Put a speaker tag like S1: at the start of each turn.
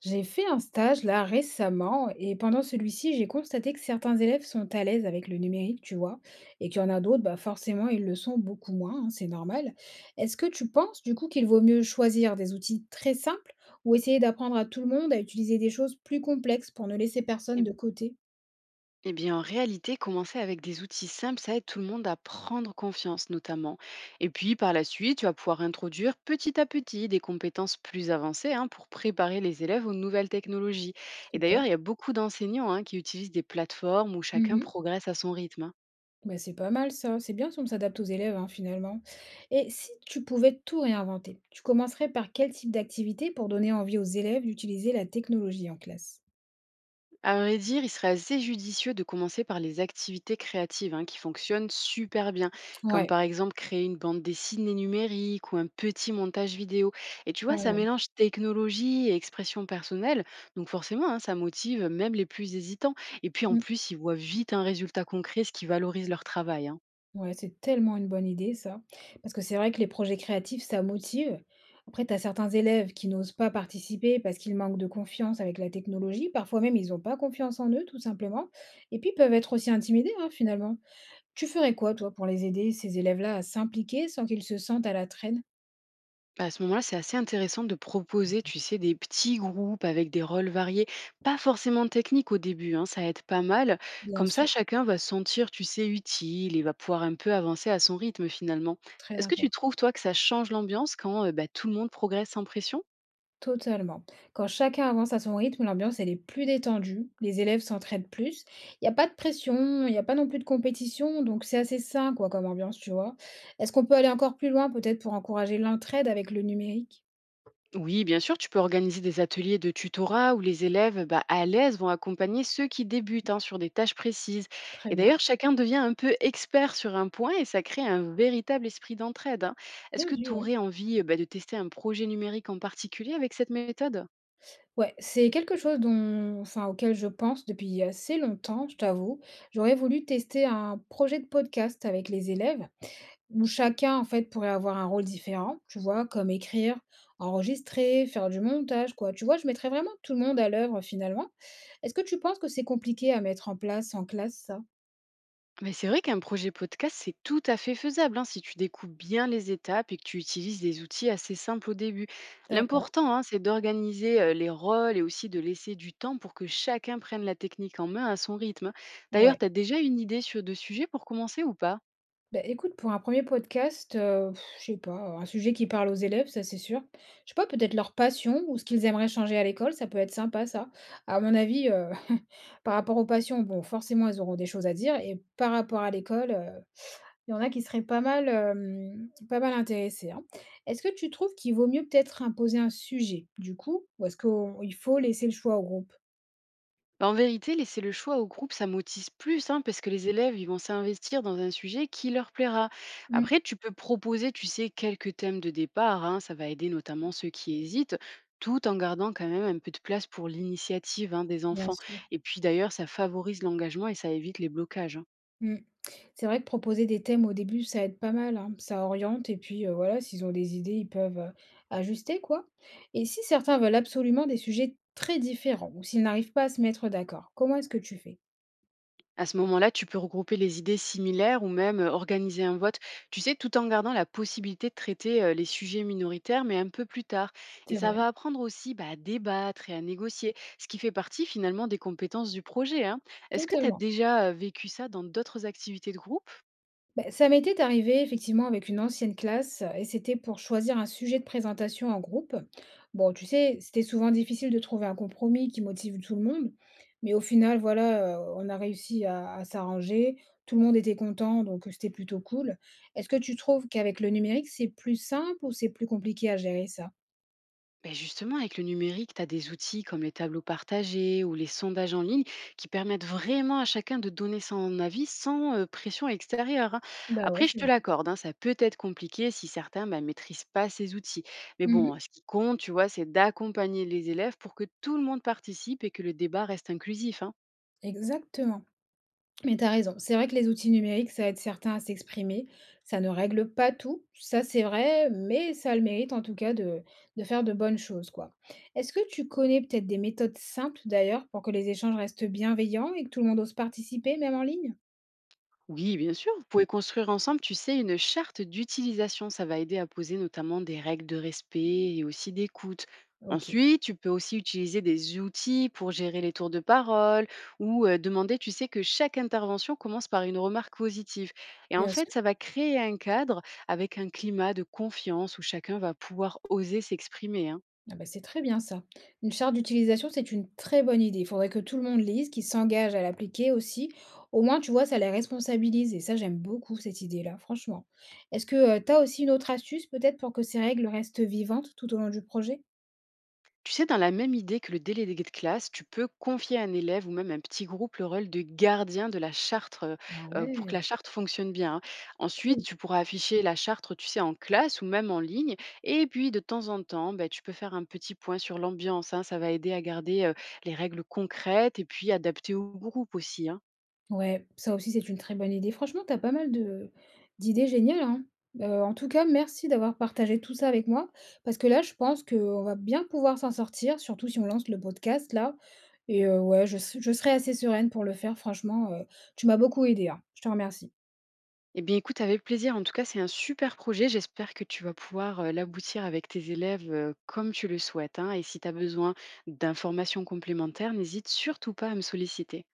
S1: J'ai fait un stage là récemment et pendant celui-ci, j'ai constaté que certains élèves sont à l'aise avec le numérique, tu vois, et qu'il y en a d'autres, bah forcément, ils le sont beaucoup moins, hein, c'est normal. Est-ce que tu penses du coup qu'il vaut mieux choisir des outils très simples ou essayer d'apprendre à tout le monde à utiliser des choses plus complexes pour ne laisser personne
S2: Eh
S1: de côté?
S2: eh bien, en réalité, commencer avec des outils simples, ça aide tout le monde à prendre confiance, notamment. Et puis, par la suite, tu vas pouvoir introduire petit à petit des compétences plus avancées hein, pour préparer les élèves aux nouvelles technologies. Et
S1: Super.
S2: d'ailleurs, il y a beaucoup d'enseignants hein, qui utilisent des plateformes où chacun
S1: Mhm.
S2: progresse à son rythme, hein.
S1: Bah, c'est pas mal ça, c'est bien si on s'adapte aux élèves hein, finalement. Et si tu pouvais tout réinventer, tu commencerais par quel type d'activité pour donner envie aux élèves d'utiliser la technologie en classe?
S2: À vrai dire, il serait assez judicieux de commencer par les activités créatives hein, qui fonctionnent super bien, comme
S1: Ouais,
S2: par exemple créer une bande dessinée numérique ou un petit montage vidéo. Et tu
S1: pas
S2: vois, ça
S1: mal.
S2: mélange technologie et expression personnelle, donc forcément, hein, ça motive même les plus hésitants. Et puis en
S1: Mmh.
S2: plus, ils voient vite un résultat concret, ce qui valorise leur travail, hein.
S1: Ouais, c'est tellement une bonne idée ça, parce que c'est vrai que les projets créatifs, ça motive. Après, tu as certains élèves qui n'osent pas participer parce qu'ils manquent de confiance avec la technologie. Parfois même, ils n'ont pas confiance en eux, tout simplement. Et puis, ils peuvent être aussi intimidés, hein, finalement. Tu ferais quoi, toi, pour les aider, ces élèves-là, à s'impliquer sans qu'ils se sentent à la traîne?
S2: Bah, à ce moment-là, c'est assez intéressant de proposer, tu sais, des petits groupes avec des rôles variés, pas forcément techniques au début, hein, ça aide pas mal.
S1: Bien
S2: Comme ça,
S1: sûr,
S2: chacun va se sentir, tu sais, utile et va pouvoir un peu avancer à son rythme finalement.
S1: très
S2: Est-ce que tu
S1: important.
S2: trouves, toi, que ça change l'ambiance quand bah, tout le monde progresse sans pression?
S1: Totalement. Quand chacun avance à son rythme, l'ambiance, elle est plus détendue, les élèves s'entraident plus, il n'y a pas de pression, il n'y a pas non plus de compétition, donc c'est assez sain quoi comme ambiance, tu vois? Est-ce qu'on peut aller encore plus loin peut-être pour encourager l'entraide avec le numérique?
S2: Oui, bien sûr, tu peux organiser des ateliers de tutorat où les élèves bah, à l'aise vont accompagner ceux qui débutent hein, sur des tâches précises.
S1: Très
S2: Et
S1: bien,
S2: d'ailleurs, chacun devient un peu expert sur un point et ça crée un véritable esprit d'entraide, hein. Est-ce
S1: bien
S2: que
S1: vu,
S2: tu
S1: ouais.
S2: aurais envie bah, de tester un projet numérique en particulier avec cette méthode?
S1: Ouais, c'est quelque chose dont enfin auquel je pense depuis assez longtemps, je t'avoue. J'aurais voulu tester un projet de podcast avec les élèves où chacun, en fait, pourrait avoir un rôle différent, tu vois? Comme écrire, enregistrer, faire du montage, quoi. Tu vois, je mettrais vraiment tout le monde à l'œuvre finalement. Est-ce que tu penses que c'est compliqué à mettre en place en classe ça?
S2: Mais c'est vrai qu'un projet podcast, c'est tout à fait faisable hein, si tu découpes bien les étapes et que tu utilises des outils assez simples au début.
S1: D'accord,
S2: L'important, hein, c'est d'organiser les rôles et aussi de laisser du temps pour que chacun prenne la technique en main à son rythme, hein. D'ailleurs,
S1: ouais.
S2: tu as déjà une idée sur de sujets pour commencer ou pas?
S1: Bah, écoute, pour un premier er podcast, je sais pas, un sujet qui parle aux élèves, ça, c'est sûr. Je sais pas, peut-être leur passion ou ce qu'ils aimeraient changer à l'école, ça peut être sympa ça. À mon avis, par rapport aux passions, bon, forcément, elles auront des choses à dire et par rapport à l'école, il y en a qui seraient pas mal, pas mal intéressés, hein. Est-ce que tu trouves qu'il vaut mieux peut-être imposer un sujet, du coup, ou est-ce qu'il faut laisser le choix au groupe?
S2: Bah, en vérité, laisser le choix au groupe, ça motive plus, hein, parce que les élèves, ils vont s'investir dans un sujet qui leur plaira.
S1: Mmh.
S2: Après, tu peux proposer, tu sais, quelques thèmes de départ, hein, ça va aider notamment ceux qui hésitent, tout en gardant quand même un peu de place pour l'initiative hein, des
S1: Bien
S2: enfants.
S1: sûr.
S2: Et puis d'ailleurs, ça favorise l'engagement et ça évite les blocages, hein.
S1: Mmh. C'est vrai que proposer des thèmes au début, ça aide pas mal, hein. Ça oriente et puis, voilà, s'ils ont des idées, ils peuvent, ajuster, quoi. Et si certains veulent absolument des sujets très différents ou s'ils n'arrivent pas à se mettre d'accord, comment est-ce que tu fais?
S2: À ce moment-là, tu peux regrouper les idées similaires ou même organiser un vote, tu sais, tout en gardant la possibilité de traiter les sujets minoritaires, mais un peu plus tard. Et
S1: C'est
S2: ça
S1: vrai,
S2: va apprendre aussi bah, à débattre et à négocier, ce qui fait partie finalement des compétences du projet, hein. Est-ce que tu as
S1: totalement.
S2: déjà vécu ça dans d'autres activités de groupe?
S1: Beh, ça m'était arrivé effectivement avec une ancienne classe et c'était pour choisir un sujet de présentation en groupe. Bon, tu sais, c'était souvent difficile de trouver un compromis qui motive tout le monde, mais au final, voilà, on a réussi à s'arranger, tout le monde était content, donc c'était plutôt cool. Est-ce que tu trouves qu'avec le numérique, c'est plus simple ou c'est plus compliqué à gérer ça?
S2: Ben justement, avec le numérique, tu as des outils comme les tableaux partagés ou les sondages en ligne qui permettent vraiment à chacun de donner son avis sans pression extérieure, hein.
S1: Bah ouais,
S2: Après, je
S1: c'est
S2: te
S1: vrai.
S2: l'accorde, hein, ça peut être compliqué si certains ne maîtrisent pas ces outils. Mais
S1: Mhm,
S2: bon, ce qui compte, tu vois, c'est d'accompagner les élèves pour que tout le monde participe et que le débat reste inclusif, hein.
S1: exactement. Mais tu as raison. C'est vrai que les outils numériques, ça aide certains à s'exprimer. Ça ne règle pas tout, ça c'est vrai, mais ça a le mérite en tout cas de faire de bonnes choses, quoi. Est-ce que tu connais peut-être des méthodes simples d'ailleurs pour que les échanges restent bienveillants et que tout le monde ose participer, même en ligne?
S2: Oui, bien sûr. Vous pouvez construire ensemble, tu sais, une charte d'utilisation. Ça va aider à poser notamment des règles de respect et aussi d'écoute.
S1: Ok.
S2: Ensuite, tu peux aussi utiliser des outils pour gérer les tours de parole ou demander, tu sais, que chaque intervention commence par une remarque positive. Et en
S1: Bien
S2: fait,
S1: sûr.
S2: ça va créer un cadre avec un climat de confiance où chacun va pouvoir oser s'exprimer, hein.
S1: Ah bah, c'est très bien ça. Une charte d'utilisation, c'est une très bonne idée. Il faudrait que tout le monde lise, qu'il s'engage à l'appliquer aussi. Au moins, tu vois, ça les responsabilise. Et ça, j'aime beaucoup cette idée-là, franchement. Est-ce que tu as aussi une autre astuce peut-être pour que ces règles restent vivantes tout au long du projet?
S2: Tu sais, dans la même idée que le délégué de classe, tu peux confier à un élève ou même un petit groupe le rôle de gardien de la charte
S1: Ah
S2: pour que la
S1: ouais,
S2: charte fonctionne bien, hein. Ensuite,
S1: cool.
S2: tu pourras afficher la charte, tu sais, en classe ou même en ligne. Et puis, de temps en temps, bah, tu peux faire un petit point sur l'ambiance, hein. Ça va aider à garder les règles concrètes et puis adaptées au groupe aussi, hein.
S1: Ouais, ça aussi, c'est une très bonne idée. Franchement, tu as pas mal de d'idées géniales, hein. En tout cas, merci d'avoir partagé tout ça avec moi, parce que là, je pense qu'on va bien pouvoir s'en sortir, surtout si on lance le podcast là et ouais, je serai assez sereine pour le faire franchement, tu m'as beaucoup aidée, hein. Je te remercie.
S2: Eh bien, écoute, avec plaisir. En tout cas, c'est un super projet. J'espère que tu vas pouvoir l'aboutir avec tes élèves comme tu le souhaites, hein. Et si tu as besoin d'informations complémentaires, n'hésite surtout pas à me solliciter.